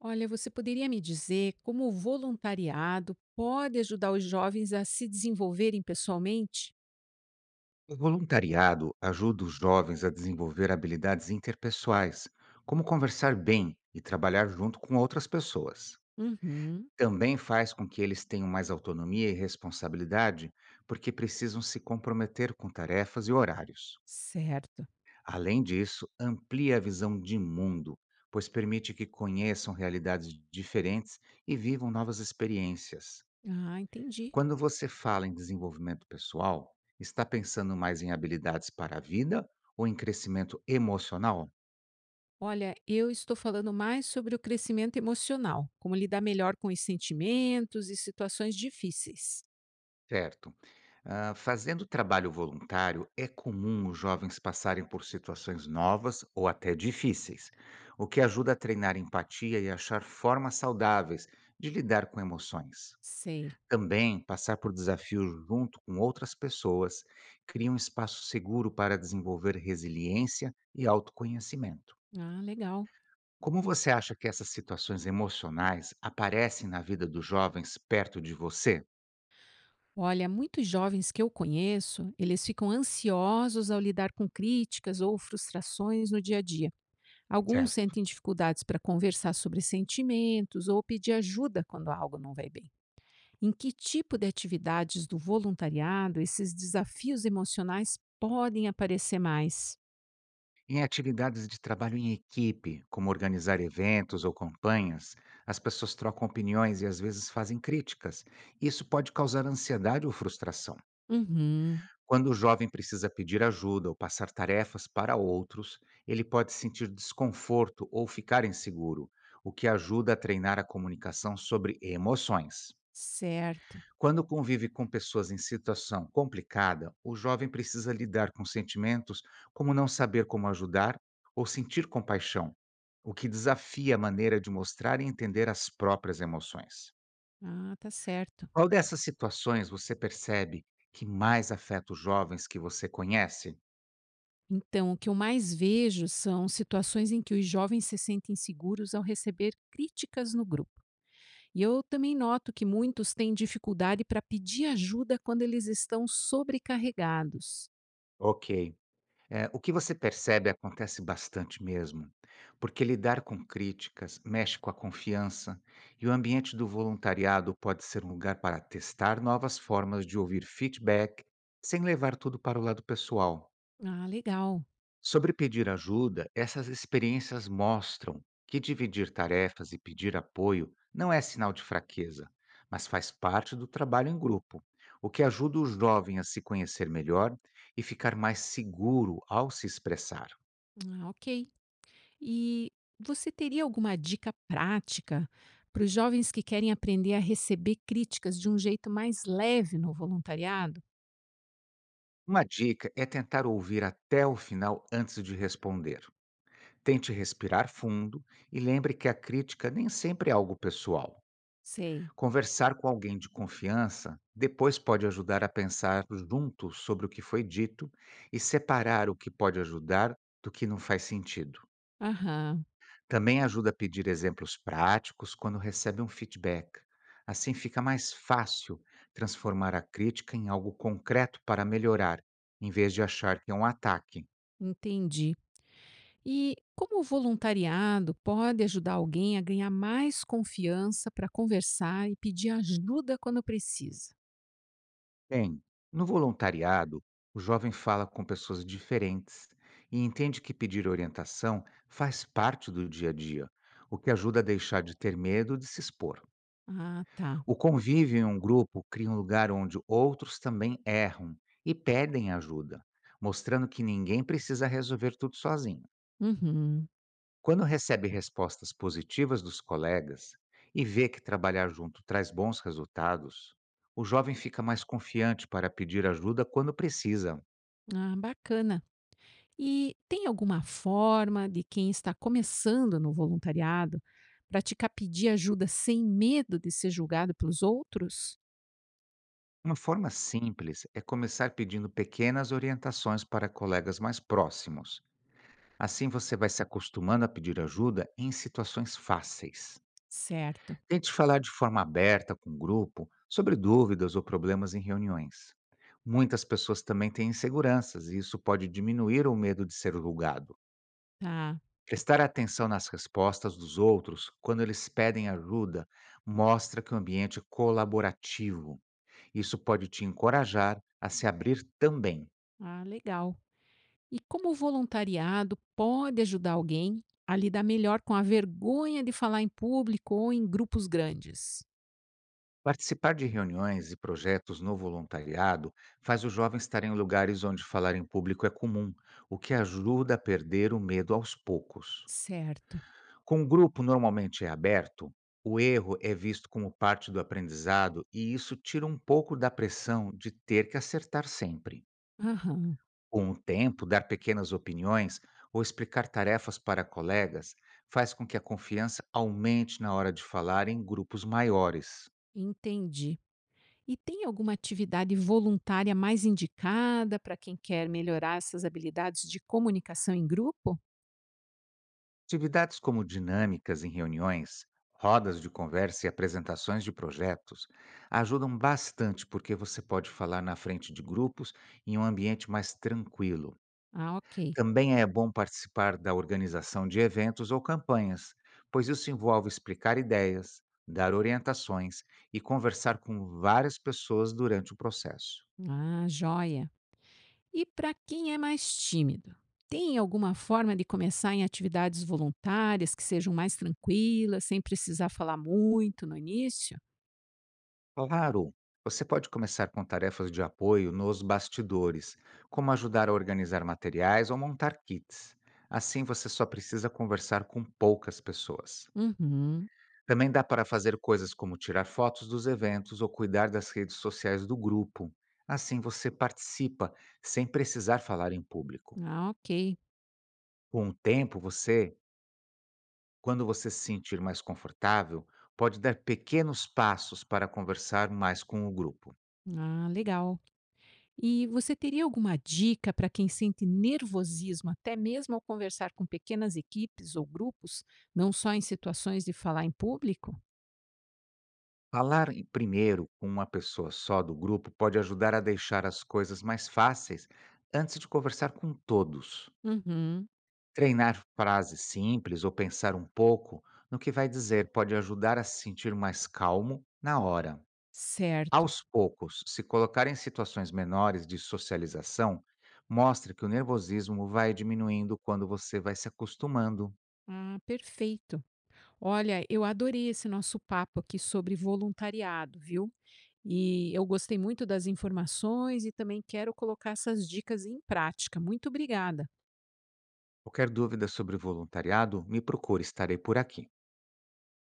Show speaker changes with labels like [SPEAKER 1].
[SPEAKER 1] Olha, você poderia me dizer como o voluntariado pode ajudar os jovens a se desenvolverem pessoalmente?
[SPEAKER 2] O voluntariado ajuda os jovens a desenvolver habilidades interpessoais, como conversar bem e trabalhar junto com outras pessoas.
[SPEAKER 1] Uhum,
[SPEAKER 2] Também faz com que eles tenham mais autonomia e responsabilidade, porque precisam se comprometer com tarefas e horários.
[SPEAKER 1] certo.
[SPEAKER 2] Além disso, amplia a visão de mundo, pois permite que conheçam realidades diferentes e vivam novas experiências.
[SPEAKER 1] Ah, entendi.
[SPEAKER 2] Quando você fala em desenvolvimento pessoal, está pensando mais em habilidades para a vida ou em crescimento emocional?
[SPEAKER 1] Olha, eu estou falando mais sobre o crescimento emocional, como lidar melhor com os sentimentos e situações difíceis.
[SPEAKER 2] Certo. Ah, fazendo trabalho voluntário, é comum os jovens passarem por situações novas ou até difíceis, o que ajuda a treinar empatia e achar formas saudáveis de lidar com emoções.
[SPEAKER 1] Sei.
[SPEAKER 2] Também, passar por desafios junto com outras pessoas cria um espaço seguro para desenvolver resiliência e autoconhecimento.
[SPEAKER 1] Ah, legal.
[SPEAKER 2] Como você acha que essas situações emocionais aparecem na vida dos jovens perto de você?
[SPEAKER 1] Olha, muitos jovens que eu conheço, eles ficam ansiosos ao lidar com críticas ou frustrações no dia a dia. Alguns
[SPEAKER 2] Certo.
[SPEAKER 1] sentem dificuldades para conversar sobre sentimentos ou pedir ajuda quando algo não vai bem. Em que tipo de atividades do voluntariado esses desafios emocionais podem aparecer mais?
[SPEAKER 2] Em atividades de trabalho em equipe, como organizar eventos ou campanhas, as pessoas trocam opiniões e às vezes fazem críticas. Isso pode causar ansiedade ou frustração.
[SPEAKER 1] Uhum,
[SPEAKER 2] Quando o jovem precisa pedir ajuda ou passar tarefas para outros, ele pode sentir desconforto ou ficar inseguro, o que ajuda a treinar a comunicação sobre emoções.
[SPEAKER 1] certo.
[SPEAKER 2] Quando convive com pessoas em situação complicada, o jovem precisa lidar com sentimentos como não saber como ajudar ou sentir compaixão, o que desafia a maneira de mostrar e entender as próprias emoções.
[SPEAKER 1] Ah, tá certo.
[SPEAKER 2] Qual dessas situações você percebe que mais afeta os jovens que você conhece?
[SPEAKER 1] Então, o que eu mais vejo são situações em que os jovens se sentem seguros ao receber críticas no grupo. E eu também noto que muitos têm dificuldade para pedir ajuda quando eles estão sobrecarregados.
[SPEAKER 2] Ok. É, o que você percebe acontece bastante mesmo, porque lidar com críticas mexe com a confiança e o ambiente do voluntariado pode ser um lugar para testar novas formas de ouvir feedback sem levar tudo para o lado pessoal.
[SPEAKER 1] Ah, legal.
[SPEAKER 2] Sobre pedir ajuda, essas experiências mostram que dividir tarefas e pedir apoio não é sinal de fraqueza, mas faz parte do trabalho em grupo, o que ajuda o jovem a se conhecer melhor e ficar mais seguro ao se expressar.
[SPEAKER 1] Ah, ok. E você teria alguma dica prática para os jovens que querem aprender a receber críticas de um jeito mais leve no voluntariado?
[SPEAKER 2] Uma dica é tentar ouvir até o final antes de responder. Tente respirar fundo e lembre que a crítica nem sempre é algo pessoal.
[SPEAKER 1] Sei.
[SPEAKER 2] Conversar com alguém de confiança depois pode ajudar a pensar junto sobre o que foi dito e separar o que pode ajudar do que não faz sentido.
[SPEAKER 1] Aham,
[SPEAKER 2] Também ajuda a pedir exemplos práticos quando recebe um feedback. Assim fica mais fácil transformar a crítica em algo concreto para melhorar, em vez de achar que é um ataque.
[SPEAKER 1] entendi. E como o voluntariado pode ajudar alguém a ganhar mais confiança para conversar e pedir ajuda quando precisa?
[SPEAKER 2] Bem, no voluntariado, o jovem fala com pessoas diferentes e entende que pedir orientação faz parte do dia a dia, o que ajuda a deixar de ter medo de se expor.
[SPEAKER 1] Ah, tá.
[SPEAKER 2] O convívio em um grupo cria um lugar onde outros também erram e pedem ajuda, mostrando que ninguém precisa resolver tudo sozinho.
[SPEAKER 1] Uhum.
[SPEAKER 2] Quando recebe respostas positivas dos colegas e vê que trabalhar junto traz bons resultados, o jovem fica mais confiante para pedir ajuda quando precisa.
[SPEAKER 1] Ah, bacana. E tem alguma forma de quem está começando no voluntariado praticar pedir ajuda sem medo de ser julgado pelos outros?
[SPEAKER 2] Uma forma simples é começar pedindo pequenas orientações para colegas mais próximos. Assim você vai se acostumando a pedir ajuda em situações fáceis.
[SPEAKER 1] Certo,
[SPEAKER 2] Tente falar de forma aberta com o grupo sobre dúvidas ou problemas em reuniões. Muitas pessoas também têm inseguranças e isso pode diminuir o medo de ser julgado.
[SPEAKER 1] tá.
[SPEAKER 2] Prestar atenção nas respostas dos outros quando eles pedem ajuda mostra que o ambiente é colaborativo. Isso pode te encorajar a se abrir também.
[SPEAKER 1] Ah, legal. E como o voluntariado pode ajudar alguém a lidar melhor com a vergonha de falar em público ou em grupos grandes?
[SPEAKER 2] Participar de reuniões e projetos no voluntariado faz os jovens estar em lugares onde falar em público é comum, o que ajuda a perder o medo aos poucos.
[SPEAKER 1] Certo.
[SPEAKER 2] Com o grupo normalmente é aberto, o erro é visto como parte do aprendizado e isso tira um pouco da pressão de ter que acertar sempre.
[SPEAKER 1] Aham,
[SPEAKER 2] Com o tempo, dar pequenas opiniões ou explicar tarefas para colegas faz com que a confiança aumente na hora de falar em grupos maiores.
[SPEAKER 1] entendi. E tem alguma atividade voluntária mais indicada para quem quer melhorar essas habilidades de comunicação em grupo?
[SPEAKER 2] Atividades como dinâmicas em reuniões, rodas de conversa e apresentações de projetos ajudam bastante porque você pode falar na frente de grupos em um ambiente mais tranquilo.
[SPEAKER 1] Ah, ok.
[SPEAKER 2] Também é bom participar da organização de eventos ou campanhas, pois isso envolve explicar ideias, dar orientações e conversar com várias pessoas durante o processo.
[SPEAKER 1] Ah, joia. E para quem é mais tímido, tem alguma forma de começar em atividades voluntárias que sejam mais tranquilas, sem precisar falar muito no início?
[SPEAKER 2] Claro, você pode começar com tarefas de apoio nos bastidores, como ajudar a organizar materiais ou montar kits. Assim você só precisa conversar com poucas pessoas.
[SPEAKER 1] Uhum.
[SPEAKER 2] Também dá para fazer coisas como tirar fotos dos eventos ou cuidar das redes sociais do grupo. Assim você participa sem precisar falar em público.
[SPEAKER 1] Ah, ok.
[SPEAKER 2] Com o tempo, quando você se sentir mais confortável, pode dar pequenos passos para conversar mais com o grupo.
[SPEAKER 1] Ah, legal. E você teria alguma dica para quem sente nervosismo, até mesmo ao conversar com pequenas equipes ou grupos, não só em situações de falar em público?
[SPEAKER 2] Primeiro com uma pessoa só do grupo pode ajudar a deixar as coisas mais fáceis antes de conversar com todos.
[SPEAKER 1] Uhum.
[SPEAKER 2] Treinar frases simples ou pensar um pouco no que vai dizer pode ajudar a se sentir mais calmo na hora.
[SPEAKER 1] Certo.
[SPEAKER 2] Aos poucos, se colocar em situações menores de socialização, mostre que o nervosismo vai diminuindo quando você vai se acostumando.
[SPEAKER 1] Ah, perfeito. Olha, eu adorei esse nosso papo aqui sobre voluntariado, viu? E eu gostei muito das informações e também quero colocar essas dicas em prática. Muito obrigada.
[SPEAKER 2] Qualquer dúvida sobre voluntariado, me procure, estarei por aqui.